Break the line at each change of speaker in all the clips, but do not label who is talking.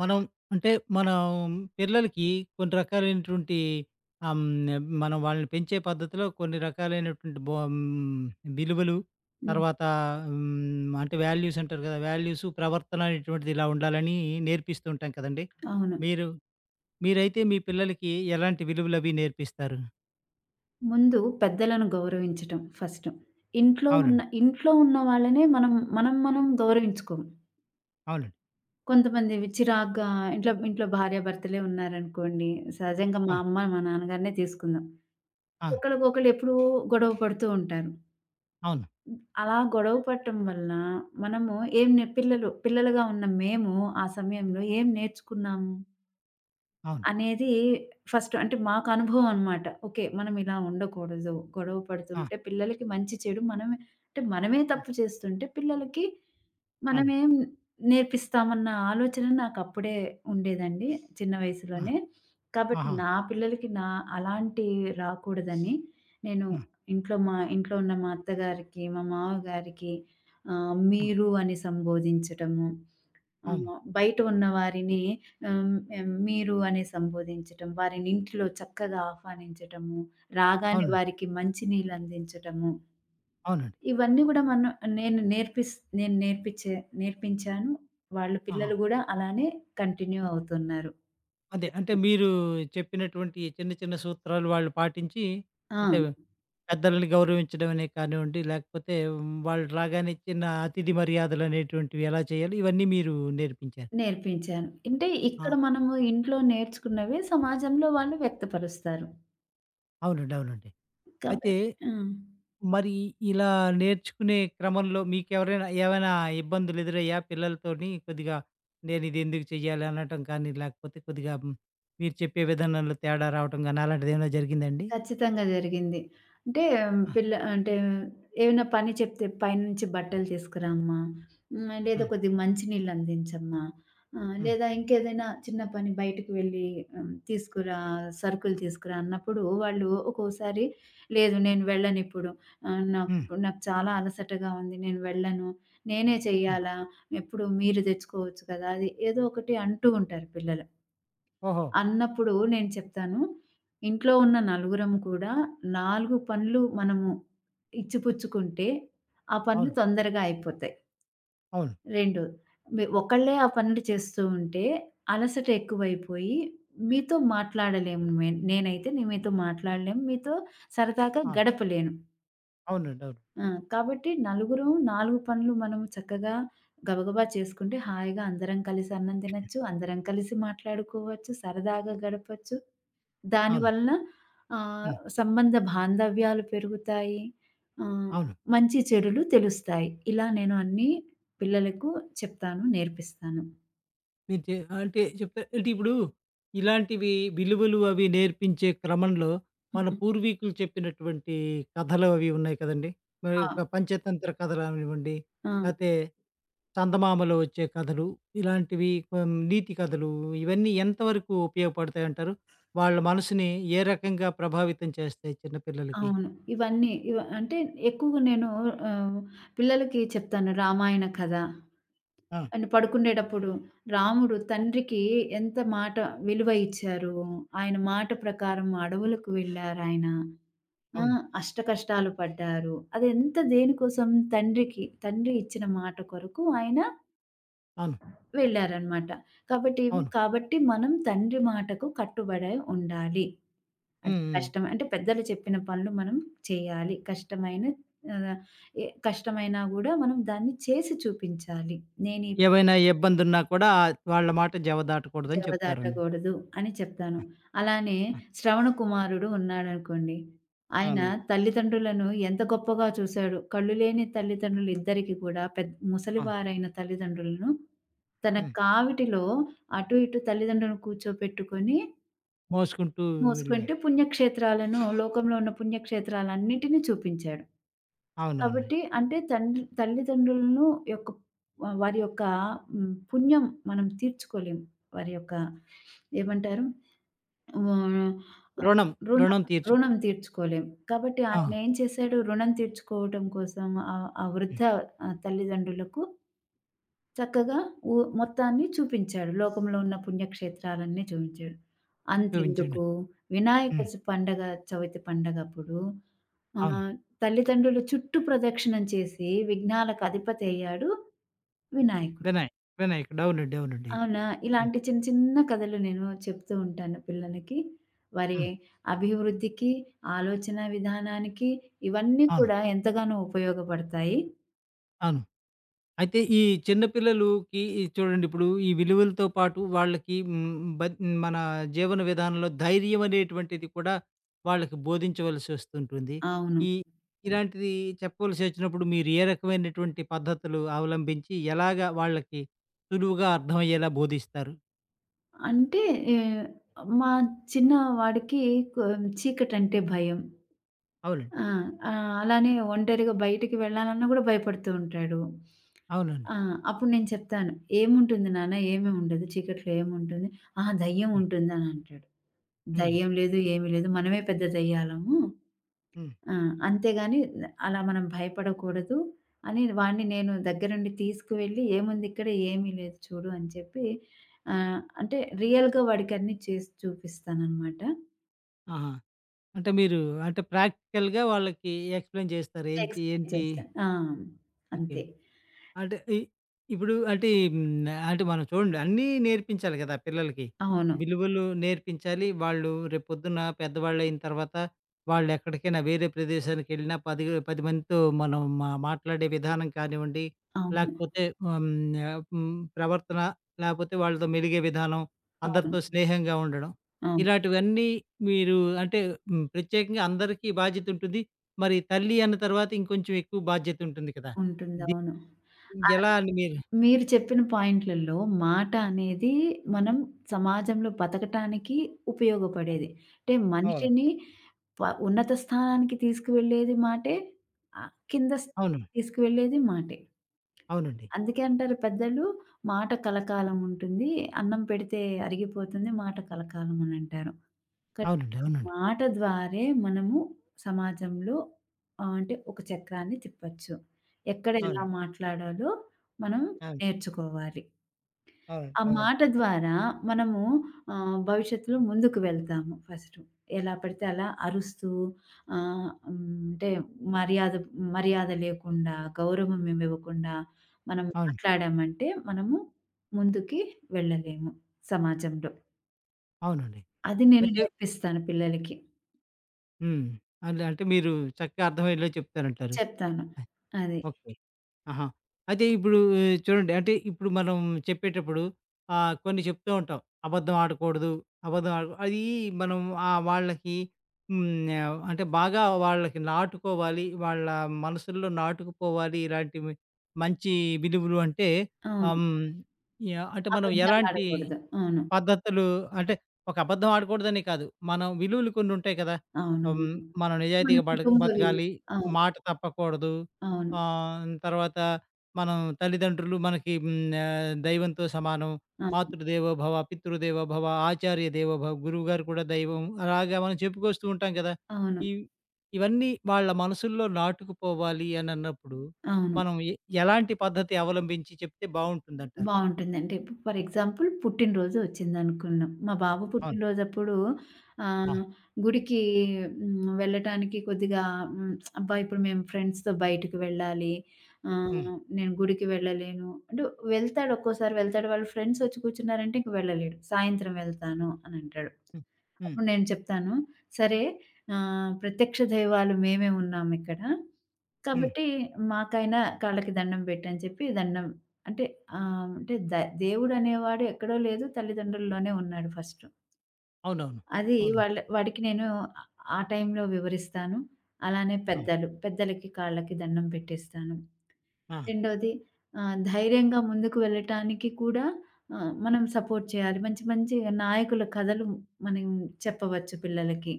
మనం అంటే మనం పిల్లలకి కొన్ని రకాలైనటువంటి ఆహ్, హ్మ్, మనం వాళ్ళని పెంచే పద్ధతిలో కొన్ని రకాలైనటువంటి విలువలు
హ్మ్.
తర్వాత అంటే వాల్యూస్ అంటారు కదా! వాల్యూస్, ప్రవర్తన అనేటువంటిది ఇలా ఉండాలని నేర్పిస్తూ ఉంటాం కదండీ!
అవును.
మీరు మీరైతే మీ పిల్లలకి ఎలాంటి విలువలవి నేర్పిస్తారు?
ముందు పెద్దలను గౌరవించటం ఫస్టు. ఇంట్లో
అవునండి.
ఉన్న ఇంట్లో ఉన్న వాళ్ళనే మనం మనం మనం గౌరవించుకోము.
అవునండి.
కొంతమంది చిరాగ్గా ఇంట్లో ఇంట్లో భార్యాభర్తలే ఉన్నారనుకోండి, సహజంగా మా
ఆ!
అమ్మ, మా నాన్నగారినే తీసుకుందాం.
ఆ!
ఒకళ్ళకొకళ్ళు ఎప్పుడూ గొడవ పడుతూ ఉంటారు.
అవును.
అలా గొడవ పడటం వల్ల మనము ఏం నే పిల్లలు పిల్లలుగా ఉన్న మేము ఆ సమయంలో ఏం నేర్చుకున్నాము?
అవును.
అనేది ఫస్ట్ అంటే మాకు అనుభవం అనమాట. ఓకే. మనం ఇలా ఉండకూడదు. గొడవ
ఆ!
పడుతుంటే పిల్లలకి మంచి చెడు మనమే అంటే మనమే
ఆ!
తప్పు చేస్తుంటే పిల్లలకి
అవును.
మనమేం నేర్పిస్తామన్న ఆలోచన నాకప్పుడే ఉండేదండి చిన్న
ఆ!
వయసులోనే. కాబట్టి
ఆహా!
నా పిల్లలకి నా అలాంటి రాకూడదని నేను
హ్మ్.
మా ఇంట్లో ఉన్న మా అత్తగారికి, మా మావగారికి
హ్మ్.
మీరు అని సంబోధించటము. ఆ!
అవును.
బయట ఉన్న వారిని మీరు అని సంబోధించటం, వారిని ఇంటిలో చక్కగా ఆహ్వానించటము, రాగానే
అవును.
వారికి మంచి నీళ్ళు అందించటము,
అవునండి.
ఇవన్నీ గూడా మనం నేను నేర్పిస్ నేను నేర్పిచ్చే నేర్పించాను. వాళ్ళు
ఆహా!
పిల్లలు గూడా అలానే కంటిన్యూ అవుతున్నారు.
అదే. అంటే
ఖచ్చితంగా.
మీరు చెప్పినటువంటి చిన్న, చిన్న సూత్రాలు వాళ్ళు పాటించి
ఆ!
అంటే పెద్దలని గౌరవించడం అనే కానివ్వండి, లేకపోతే వాళ్ళు రాగానే చిన్న అతిథి మర్యాదలనేటువంటివి ఎలా చేయాలి, ఇవన్నీ మీరు నేర్పించారు.
నేర్పించాను. అంటే ఇక్కడ
ఆ!
మనము ఇంట్లో నేర్చుకున్నవే సమాజంలో వాళ్ళు వ్యక్తపరుస్తారు.
అవునండి. అవునండి. అయితే
కాబట్టి ఆ!
మరి ఇలా నేర్చుకునే క్రమంలో మీకెవరైనా ఏవైనా ఇబ్బందులు ఎదురయ్యాయా? పిల్లలతోని కొద్దిగా నేనిది ఎందుకు చెయ్యాలి అనటం కానీ, లేకపోతే కొద్దిగా మీరు చెప్పే విధానంలో తేడా రావటం గాని అలాంటిదేమైనా జరిగిందా అండి?
ఖచ్చితంగా జరిగింది. అంటే ఉమ్,
ఆ!
పిల్ల అంటే ఏమైనా పని చెప్తే పైనుంచి బట్టలు తీసుకురామ్మా! లేదా
హ్మ్.
కొద్దిగా మంచినీళ్ళు అందించమ్మా!
హ్మ్.
లేదా ఇంకేదైనా చిన్న పని బయటకి వెళ్లి తీసుకురా సరుకులు తీసుకురా అన్నప్పుడు వాళ్ళు ఒక్కోసారి లేదు నేను వెళ్ళనిప్పుడు.
హ్మ్.
నాకు నాకు చాలా అలసటగా ఉంది. నేను వెళ్ళను. నేనే
హ్మ్.
చెయ్యాలా? ఎప్పుడు మీరు తెచ్చుకోవచ్చు కదా! అది ఏదో ఒకటి అంటూ ఉంటారు పిల్లలు.
ఓహో!
అన్నప్పుడు నేను చెప్తాను. ఇంట్లో ఉన్న నలుగురం కూడా 4 పనులు మనము ఇచ్చిపుచ్చుకుంటే, ఆ పనులు
అవును.
తొందరగా అయిపోతాయి.
అవును.
2 మీ ఒకళ్ళే ఆ పనులు చేస్తూ ఉంటే అలసట ఎక్కువైపోయి మీతో మాట్లాడలేము. మీతో మాట్లాడలేను. మీతో సరదాగా
అవును.
గడపలేను.
అవునండి. అవును.
ఆ! కాబట్టి నలుగురం 4 పనులు మనం చక్కగా గబగబా చేసుకుంటే హాయిగా అందరం కలిసి అన్నం తినొచ్చు. అందరం కలిసి మాట్లాడుకోవచ్చు. సరదాగా గడపొచ్చు.
అవును.
దానివలన ఆహ్,
హ్మ్.
సంబంధ బాంధవ్యాలు పెరుగుతాయి. ఆహ్,
అవును.
మంచి చెడులు తెలుస్తాయి. ఇలా నేను అన్నీ పిల్లలకు చెప్తాను, నేర్పిస్తాను.
మీరు చే అంటే అంటే ఇప్పుడు ఇలాంటివి విలువలు అవి నేర్పించే క్రమంలో మన
హ్మ్.
పూర్వీకులు చెప్పినటువంటి కథలు అవి ఉన్నాయి కదండీ! మరి
ఆ!
ఒక పంచతంత్ర కథలు అవనివ్వండి,
ఆ!
లేతే చందమామలో వచ్చే కథలు ఇలాంటివి నీతి కథలు ఇవన్నీ ఎంతవరకు ఉపయోగపడతాయంటారు? వాళ్ళ మనసుని ఏ రకంగా ప్రభావితం చేస్తాయి చిన్న పిల్లలకి?
అవును. ఇవన్నీ ఇవ అంటే ఎక్కువగా నేను ఆహ్, పిల్లలకి చెప్తాను రామాయణ కథ.
ఆ!
అండ్ పడుకునేటప్పుడు రాముడు తండ్రికి ఎంత మాట విలువ ఇచ్చారు. ఆయన మాట ప్రకారం అడవులకు వెళ్లారాయన. ఆ!
అవును.
అష్టకష్టాలు పడ్డారు. అదెంత దేనికోసం తండ్రి ఇచ్చిన మాట కొరకు ఆయన
అవును.
వెళ్లారనమాట. కాబట్టి ఇవి
అవును.
కాబట్టి మనం తండ్రి మాటకు కట్టుబడే ఉండాలి. అది
హ్మ్. హ్మ్.
కష్టం. అంటే పెద్దలు చెప్పిన పనులు మనం చేయాలి. కష్టమైన ఆహ్, ఎ కష్టమైనా గూడా మనం దాన్ని చేసి చూపించాలి. నేను ఈ
ఏవైనా ఇబ్బందున్నా కూడా వాళ్ళ మాట జవ దాటకూడదని
జవ
చెప్తారన్న.
దాటకూడదు అని చెప్తాను. అలానే
ఆ!
శ్రవణ కుమారుడు ఉన్నాడనుకోండి.
అవునండి.
ఆయన
అవును.
తల్లిదండ్రులను ఎంత గొప్పగా చూసాడు. కళ్ళు లేని తల్లిదండ్రులు ఇద్దరికి కూడా
ఆ!
ముసలివారైన తల్లిదండ్రులను తన
హ్మ్.
కావిటిలో అటు ఇటు తల్లిదండ్రులను కూర్చోపెట్టుకొని
మోసుకుంటూ వెళ్ళా.
మోసుకుంటే పుణ్యక్షేత్రాలను, లోకంలో ఉన్న పుణ్యక్షేత్రాలన్నిటిని చూపించాడు.
అవునండి.
కాబట్టి అంటే తల్లిదండ్రులను యొక్క వారి యొక్క పుణ్యం మనం తీర్చుకోలేం. వారి యొక్క ఏమంటారు? హ్మ్. ఆహ్,
రుణం,
రుణం
రుణం తీర్చు
రుణం తీర్చుకోలేం. కాబట్టి
ఆ!
ఆయన ఏం చేశాడు? రుణం తీర్చుకోవటం కోసం ఆ ఆ వృద్ధ
హ్మ్.
తల్లిదండ్రులకు చక్కగా ఊ మొత్తాన్ని చూపించాడు. లోకంలో ఉన్న పుణ్యక్షేత్రాలన్నీ చూపించాడు.
చూపించండి.
అంతెందుకు వినాయక
హ్మ్.
చ పండగ చవితి పండగప్పుడు
అవును.
ఆహ్, తల్లిదండ్రులు చుట్టూ ప్రదక్షిణం చేసి విఘ్నాలకు అధిపతి అయ్యాడు వినాయకుడు.
వినాయక్, వినాయకుడు. అవునండి. అవునండి.
అవునా?
హ్మ్.
ఇలాంటి చిన్న చిన్న కథలు నేను చెప్తూ ఉంటాను పిల్లలకి. వారి
హ్మ్.
అభివృద్ధికి, ఆలోచన విధానానికి ఇవన్నీ
అవును.
కూడా ఎంతగానో ఉపయోగపడతాయి.
అవును. అయితే ఈ చిన్న పిల్లలుకి ఈ చూడండి ఇప్పుడు ఈ విలువలతో పాటు వాళ్ళకి హ్మ్, బత్ మన జీవన విధానంలో ధైర్యం అనేటువంటిది కూడా వాళ్ళకి బోధించవలసి వస్తుంటుంది.
అవును.
ఈ ఇలాంటిది చెప్పవలసి వచ్చినప్పుడు మీరు ఏ రకమైనటువంటి పద్ధతులు అవలంబించి ఎలాగ వాళ్ళకి సులువుగా అర్థమయ్యేలా బోధిస్తారు?
అంటే ఏ మా చిన్నవాడికి కొ చీకటంటే భయం.
అవునండి.
ఆ! అలానే ఒంటరిగా బయటికి వెళ్ళాలన్నా గూడా భయపడుతూ ఉంటాడు.
అవునండి.
ఆ! అప్పుడు నేను చెప్తాను, "ఏముంటుంది నాన్న? ఏమీ ఉండదు. చీకట్లో ఏముంటుంది?" "ఆ! దయ్యం
హ్మ్.
ఉంటుందని" అంటాడు.
హ్మ్.
దయ్యం లేదు, ఏమీ లేదు. మనమే పెద్ద దెయ్యాలము.
హ్మ్.
ఆ! అంతేగాని అలా మనం భయపడకూడదు అని వాడిని నేను దగ్గరుండి తీసుకువెళ్ళి, "ఏముందిక్కడ ఏమీ లేదు చూడు" అని చెప్పి అంటే రియల్‌గా వాడికన్నీ చేసి చూపిస్తాననమాట.
ఆహా! అంటే మీరు అంటే ప్రాక్టికల్‌గా వాళ్ళకి ఎక్స్‌ప్లెయిన్ చేస్తారు. ఏంటి
ఎక్స్‌ప్లెయిన్
ఏంటి
చేస్తాను. ఆ!
ఓకే.
అంతే.
అంటే ఇ ఇప్పుడు అంటే హ్మ్. అంటే మనం చూడండి అన్నీ నేర్పించాలి కదా! పిల్లలకి.
అవును.
విలువలు నేర్పించాలి. వాళ్ళు రేపొద్దున పెద్దవాళ్ళయిన తర్వాత వాళ్ళెక్కడికైనా వేరే ప్రదేశానికెళ్ళినా 10 మందితో మనం మా మాట్లాడే విధానం కానివ్వండి,
అవును.
లేకపోతే హ్మ్. ఆహ్, హ్మ్. ప్రవర్తన లేకపోతే వాళ్ళతో మెలిగే విధానం, అందరితో
అవును.
స్నేహంగా ఉండడం.
అవును.
ఇలాంటివన్నీ మీరు అంటే హ్మ్. ప్రత్యేకంగా అందరికీ బాధ్యతుంటుంది. మరి తల్లి అన్న తర్వాత ఇంకొంచెం ఎక్కువ బాధ్యతుంటుంది కదా!
ఉంటుంది.
ది
అవును. ఆ!
ఎలా అని మీరు
మీరు చెప్పిన పాయింట్లలో మాట అనేది మనం సమాజంలో బతకటానికి ఉపయోగపడేది. అంటే
అవును.
మనిషిని ఉన్నత స్థానానికి తీసుకువెళ్ళేది మాటే. కింద
అవును.
తీసుకువెళ్ళేది మాటే.
అవునండి.
అందుకే అంటారు పెద్దలు మాట కలకాలం ఉంటుంది. అన్నం పెడితే అరిగిపోతుంది. మాట కలకాలం అని అంటారు. కానీ
అవునండి. అవునండి. అవును.
మాట ద్వారే మనము సమాజంలో అంటే ఒక చక్రాన్ని తిప్పొచ్చు. ఎక్కడ ఎలా
అవును.
మాట్లాడాలో మనం నేర్చుకోవాలి.
అవునండి.
ఆ
అవునండి.
మాట ద్వారా మనము భవిష్యత్తులో ముందుకు వెళ్తాము ఫస్టు. ఎలా పడితే అలా అరుస్తూ ఆహ్, హ్మ్, అంటే మర్యాద మర్యాద లేకుండా, గౌరవం మేమివ్వకుండా మనం
అవును.
మాట్లాడామంటే మనము ముందుకి వెళ్ళలేము సమాజంలో.
అవునండి.
అది నేను
అయితే
నేర్పిస్తాను పిల్లలకి.
హ్మ్. అంటే అంటే మీరు చక్కగా అర్థమయ్యేలా చెప్తారంటారు.
చెప్తాను. అది.
ఓకే. ఆహా! అయితే ఇప్పుడు ఆ, చూడండి. అంటే ఇప్పుడు మనం చెప్పేటప్పుడు కొన్ని చెప్తూ ఉంటాం. అబద్ధం ఆడకూడదు. అబద్ధం ఆడ అది మనం వాళ్ళకి హ్మ్. అంటే బాగా వాళ్ళకి నాటుకోవాలి. వాళ్ళ మనసుల్లో నాటుకుపోవాలి. ఇలాంటివి మంచి విలువలు అంటే ఆహ్,
అవును.
హ్మ్. యాహ్! అంటే మనం ఎలాంటి
అబద్ధాలాడకూడదు. అవును.
పద్ధతులు అంటే ఒక అబద్ధం ఆడకూడదని కాదు. మనం విలువలు కొన్ని ఉంటాయి కదా!
అవును.
హ్మ్.
అవును.
మనం
మన
నిజాయితీగా
కుటుంబ విలువ.
బతకాలి.
అవును.
మాట తప్పకూడదు.
అవును.
తర్వాత మనం తల్లిదండ్రులు మనకి దైవంతో సమానం.
అవును.
మాతృదేవోభవ, పితృదేవోభవ, ఆచార్య దేవోభవ, గురువుగారు కూడా దైవం. అలాగా మనం చెప్పుకొస్తూ ఉంటాం కదా!
అవును.
ఇ ఇవన్నీ వాళ్ళ మనసుల్లో నాటుకుపోవాలి అని అన్నప్పుడు
అవును.
మనం ఎ ఎలాంటి పద్ధతి అవలంబించి చెప్తే బావుంటుందంటారు?
బావుంటుందండి. ఫర్ ఎగ్జాంపుల్ పుట్టినరోజు ఒచ్చిందనుకున్నాం. మా బాబు
అవును.
పుట్టినరోజప్పుడు
ఆ!
ఆహ్, గుడికి వెళ్ళటానికి కొద్దిగా హ్మ్, అబ్బా! ఇప్పుడు మేము ఫ్రెండ్స్‌తో బయటికి వెళ్ళాలి.
హ్మ్.
నేను గుడికి వెళ్ళలేను. అంటే వెళ్తాడు ఒక్కోసారి వెళ్తాడు. వాళ్ళ ఫ్రెండ్స్ ఒచ్చి కూర్చున్నారంటే ఇంక వెళ్ళలేడు. సాయంత్రం వెళ్తాను అనంటాడు.
హ్మ్. హ్మ్.
అప్పుడు నేను చెప్తాను. సరే ప్రత్యక్ష దైవాలు మేమే ఉన్నామిక్కడ.
హ్మ్.
కాబట్టి మాకైనా కాళ్ళకి దండం పెట్టు అని చెప్పి దండం అంటే అంటే దేవుడనేవాడు ఎక్కడో లేదు తల్లిదండ్రుల్లోనే ఉన్నాడు ఫస్ట్.
అవునవును.
అది
అవునండి.
వాళ్ళ వాడికి నేను ఆ టైంలో వివరిస్తాను. అలానే
ఆ!
పెద్దలు, పెద్దలకి కాళ్ళకి దండం పెట్టేస్తాను.
ఆ!
రెండోది ధైర్యంగా ముందుకు వెళ్ళటానికి కూడా మనం సపోర్ట్ చేయాలి. మంచి మంచి నాయకుల కథలు మనం చెప్పవచ్చు పిల్లలకి.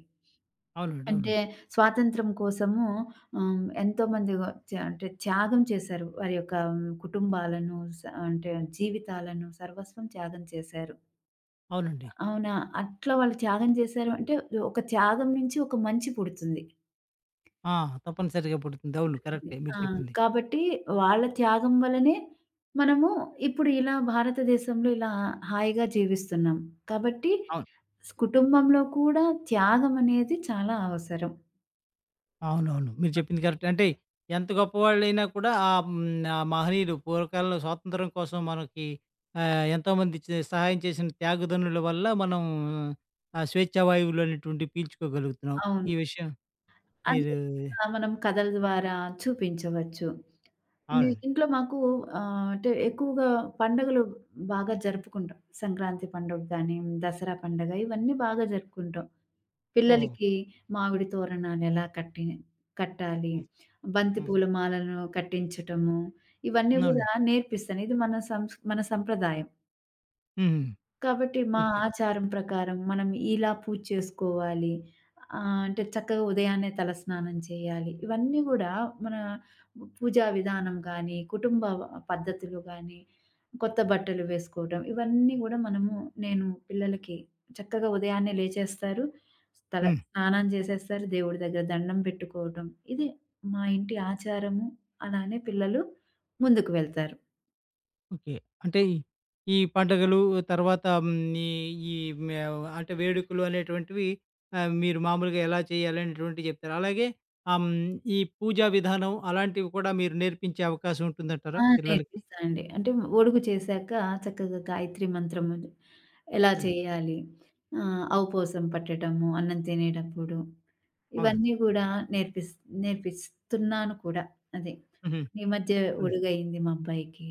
అవునండి.
అంటే
అవునండి.
స్వాతంత్రం కోసము ఎంతోమంది వ చ అంటే త్యాగం చేశారు. వారి యొక్క కుటుంబాలను అంటే జీవితాలను సర్వస్వం త్యాగం చేశారు.
అవునండి.
అవునా! అట్లా వాళ్ళు త్యాగం చేశారు అంటే ఒక త్యాగం నుంచి ఒక మంచి పుడుతుంది.
ఆ! తప్పనిసరిగా పుడుతుంది. అవును.
పుడుతుంది.
కరెక్టే మీరు
ఆ!
చెప్పింది.
కాబట్టి వాళ్ళ త్యాగం వల్లనే మనము ఇప్పుడు ఇలా భారతదేశంలో ఇలా హాయిగా జీవిస్తున్నాం. కాబట్టి
అవును.
కుటుంబంలో కూడా త్యాగం అనేది చాలా అవసరం.
అవునవును. మీరు చెప్పింది కరెక్టే. అంటే ఎంత గొప్పవాళ్ళైనా కూడా ఆ మహనీయులు పూర్వకాలంలో స్వాతంత్రం కోసం మనకి ఎంతోమంది సహాయం చేసిన త్యాగదనుల వల్ల మనం ఆ స్వేచ్ఛా వాయువులు అనేటువంటివి పీల్చుకోగలుగుతున్నాం.
అవును.
ఈ విషయం
అది
మీరు
మనం కథల ద్వారా చూపించవచ్చు.
అవునండి.
ఇంట్లో మాకు అంటే ఎక్కువగా పండుగలు బాగా జరుపుకుంటాం. సంక్రాంతి పండుగ గాని, దసరా పండుగ ఇవన్నీ బాగా జరుపుకుంటాం.
ఓహో!
పిల్లలకి మామిడి తోరణాలెలా కట్టి కట్టాలి,
హ్మ్.
బంతి
హ్మ్.
పూల మాలను కట్టించటము, ఇవన్నీ
అవునండి.
గూడా నేర్పిస్తాను. ఇది మన సంప్రదాయం.
హ్మ్.
కాబట్టి మా
ఓకే.
ఆచారం ప్రకారం మనం ఇలా పూజ చేసుకోవాలి. అంటే చక్కగా ఉదయాన్నే తలస్నానం చేయాలి. ఇవన్నీ గూడా మన పూజా విధానం గానీ, కుటుంబ పద్ధతులు గానీ, కొత్త బట్టలు వేసుకోవటం ఇవన్నీ గూడా మనము నేను పిల్లలకి చక్కగా ఉదయాన్నే లేచేస్తారు. తల
హ్మ్.
స్నానం చేసేస్తారు. దేవుడి దగ్గర దండం పెట్టుకోవటం. ఇది మా ఇంటి ఆచారము. అలానే పిల్లలు ముందుకు వెళ్తారు.
ఓకే. అంటే ఈ ఈ పండగలు తర్వాత హ్మ్, ఈ ఈ మే అంటే వేడుకలు అనేటువంటివి మీరు మామూలుగా ఎలా చేయాలి అనేటువంటివి చెప్తారు. అలాగే ఆహ్, హ్మ్, ఈ పూజా విధానం అలాంటివి కూడా మీరు నేర్పించే అవకాశం
ఆ!
ఉంటుందంటారా పిల్లలకి?
నేర్పిస్తానండి. అంటే ఒడుగు చేశాక చక్కగా గాయత్రి మంత్రము ఎలా
హ్మ్.
చేయాలి, ఔపోసం పట్టటము, అన్నం తినేటప్పుడు
అవునండి.
ఇవన్నీ గూడా నేర్పిస్ నేర్పిస్తున్నాను కూడా. అదే
హుహు.
ఈ మధ్య
ఇప్పుడు
ఒడుగయింది మా అబ్బాయికి.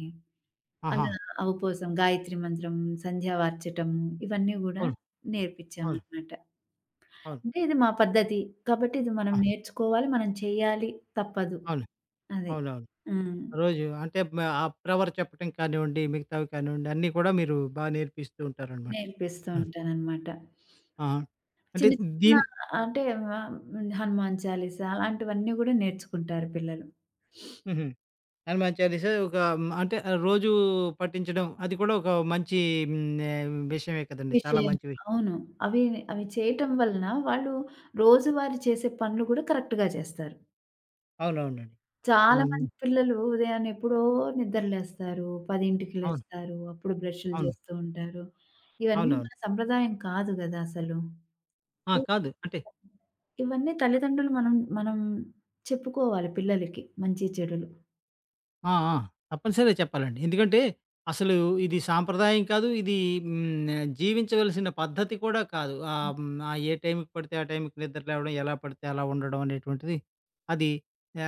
ఆహా!
అలా ఔపోసం, గాయత్రి మంత్రం, సంధ్య వార్చటము ఇవన్నీ గూడా
అవును. అవును.
నేర్పిచ్చామనమాట.
అవును.
అంటే ఇది మా పద్ధతి. కాబట్టి ఇది మనం
ఆ!
నేర్చుకోవాలి, మనం చేయాలి తప్పదు.
అవును.
అది.
అవునవును.
హ్మ్.
రోజు అంటే మ ఆ ప్రవర్ చెప్పటం కానివ్వండి, మిగతావి కానివ్వండి అన్నీ కూడా మీరు నేర్పిస్తూ ఉంటారనమాట.
నేర్పిస్తూ
ఆ!
ఉంటాననమాట.
ఆహా! అంటే
చిన్న చిన్న
దీన్
అంటే ఆహ్, హ్మ్. హనుమాన్ చాలీస అలాంటివన్నీ గూడా నేర్చుకుంటారు పిల్లలు.
హుహు. హనుమాన్ చాలీసా ఒక రోజూ పఠించడం అది కూడా ఒక మంచి హ్మ్, విషయమే కదండీ! చాలా
విషయం
మంచి విషయం.
అవును. అవి అవి చేయటం వలన వాళ్ళు రోజువారీ చేసే పనులు గూడా కరెక్ట్‌గా చేస్తారు.
అవునవునండి.
చాలా
హ్మ్.
మంది పిల్లలు ఉదయాన్నే ఎప్పుడో నిద్ర లేస్తారు. 10కి
అవును.
లేస్తారు. అప్పుడు బ్రష్‌లు
అవును.
చేస్తూ ఉంటారు. ఇవన్నీ
అవునవును.
మన సంప్రదాయం కాదు గదా! అసలు.
ఆ!
అంటే
కాదు. అంటే
ఇవన్నీ తల్లిదండ్రులు మనం మనం చెప్పుకోవాలి పిల్లలకి మంచి చెడులు.
ఆ! ఆ! తప్పనిసరిగా చెప్పాలండి. ఎందుకంటే, అసలు ఇది సాంప్రదాయం కాదు. ఇది హ్మ్, జీవించవలసిన పద్ధతి కూడా కాదు.
హ్మ్.
ఏ టైంకి పడితే ఆ టైంకి నిద్ర లేవడం, ఎలా పడితే అలా ఉండడం అనేటువంటిది అది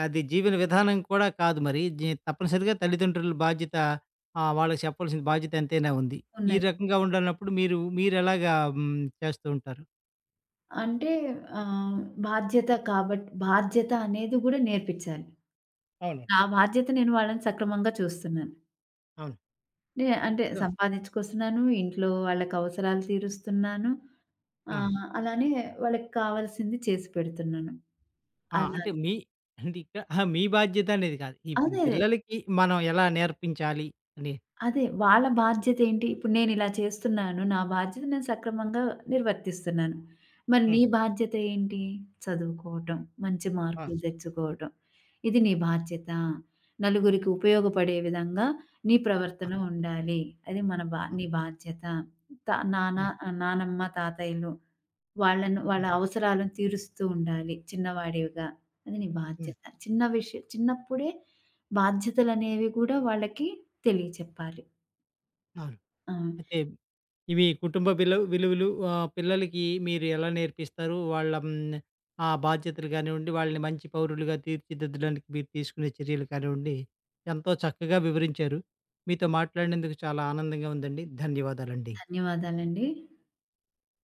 అది జీవన విధానం కూడా కాదు మరి. తప్పనిసరిగా తల్లిదండ్రుల బాధ్యత వాళ్ళకి చెప్పాల్సిన బాధ్యత ఎంతైనా ఉంది. ఈ
ఉన్నది.
రకంగా ఉండనప్పుడు మీరెలాగా చేస్తూ ఉంటారు?
అంటే ఆహ్, బాధ్యత అనేది గూడా నేర్పిచ్చాలి.
అవునండి.
నా బాధ్యత నేను వాళ్ళని సక్రమంగా చూస్తున్నాను.
అవును.
అంటే
ఆ!
సంపాదించుకొస్తున్నాను. ఇంట్లో వాళ్ళకి అవసరాలు తీరుస్తున్నాను.
ఆ!
అలానే వాళ్ళకి కావాల్సింది చేసి పెడుతున్నాను.
ఆ!
అలా
అంటే ఇక్కడ అహా! మీ బాధ్యత అనేది కాదు. ఈ
అదే. అదే.
పిల్లలకి మనం ఎలా నేర్పించాలి అని
అదే. వాళ్ళ బాధ్యత ఏంటి? ఇప్పుడు నేనిలా చేస్తున్నాను. నా బాధ్యత నేను సక్రమంగా నిర్వర్తిస్తున్నాను. మరి నీ
హ్మ్.
బాధ్యత ఏంటి? చదువుకోవటం, మంచి
ఆ!
మార్కులు తెచ్చుకోవటం. ఇది నీ బాధ్యత. నలుగురికి ఉపయోగపడే విధంగా నీ
ఆ!
ప్రవర్తన ఉండాలి. అది మన బా నీ బాధ్యత. నాన్న,
హ్మ్.
నానమ్మ, తాతయ్యలు వాళ్ళను వాళ్ళ
హ్మ్.
అవసరాలను తీరుస్తూ ఉండాలి చిన్నవాడివిగా. అది నీ
హ్మ్.
బాధ్యత. చిన్నప్పుడే బాధ్యతలనేవి కూడా వాళ్ళకి తెలియచెప్పాలి.
అవును.
ఆ!
అయితే ఇవి కుటుంబ విలువలు పిల్లలకి మీరు ఎలా నేర్పిస్తారు? వాళ్ళ ఆ బాధ్యతలు కానివ్వండి, వాళ్ళని మంచి పౌరులుగా తీర్చిదిద్దడానికి మీరు తీసుకునే చర్యలు కానివ్వండి, ఎంతో చక్కగా వివరించారు. మీతో మాట్లాడినందుకు చాలా ఆనందంగా ఉందండి. ధన్యవాదాలండి.
ధన్యవాదాలండి.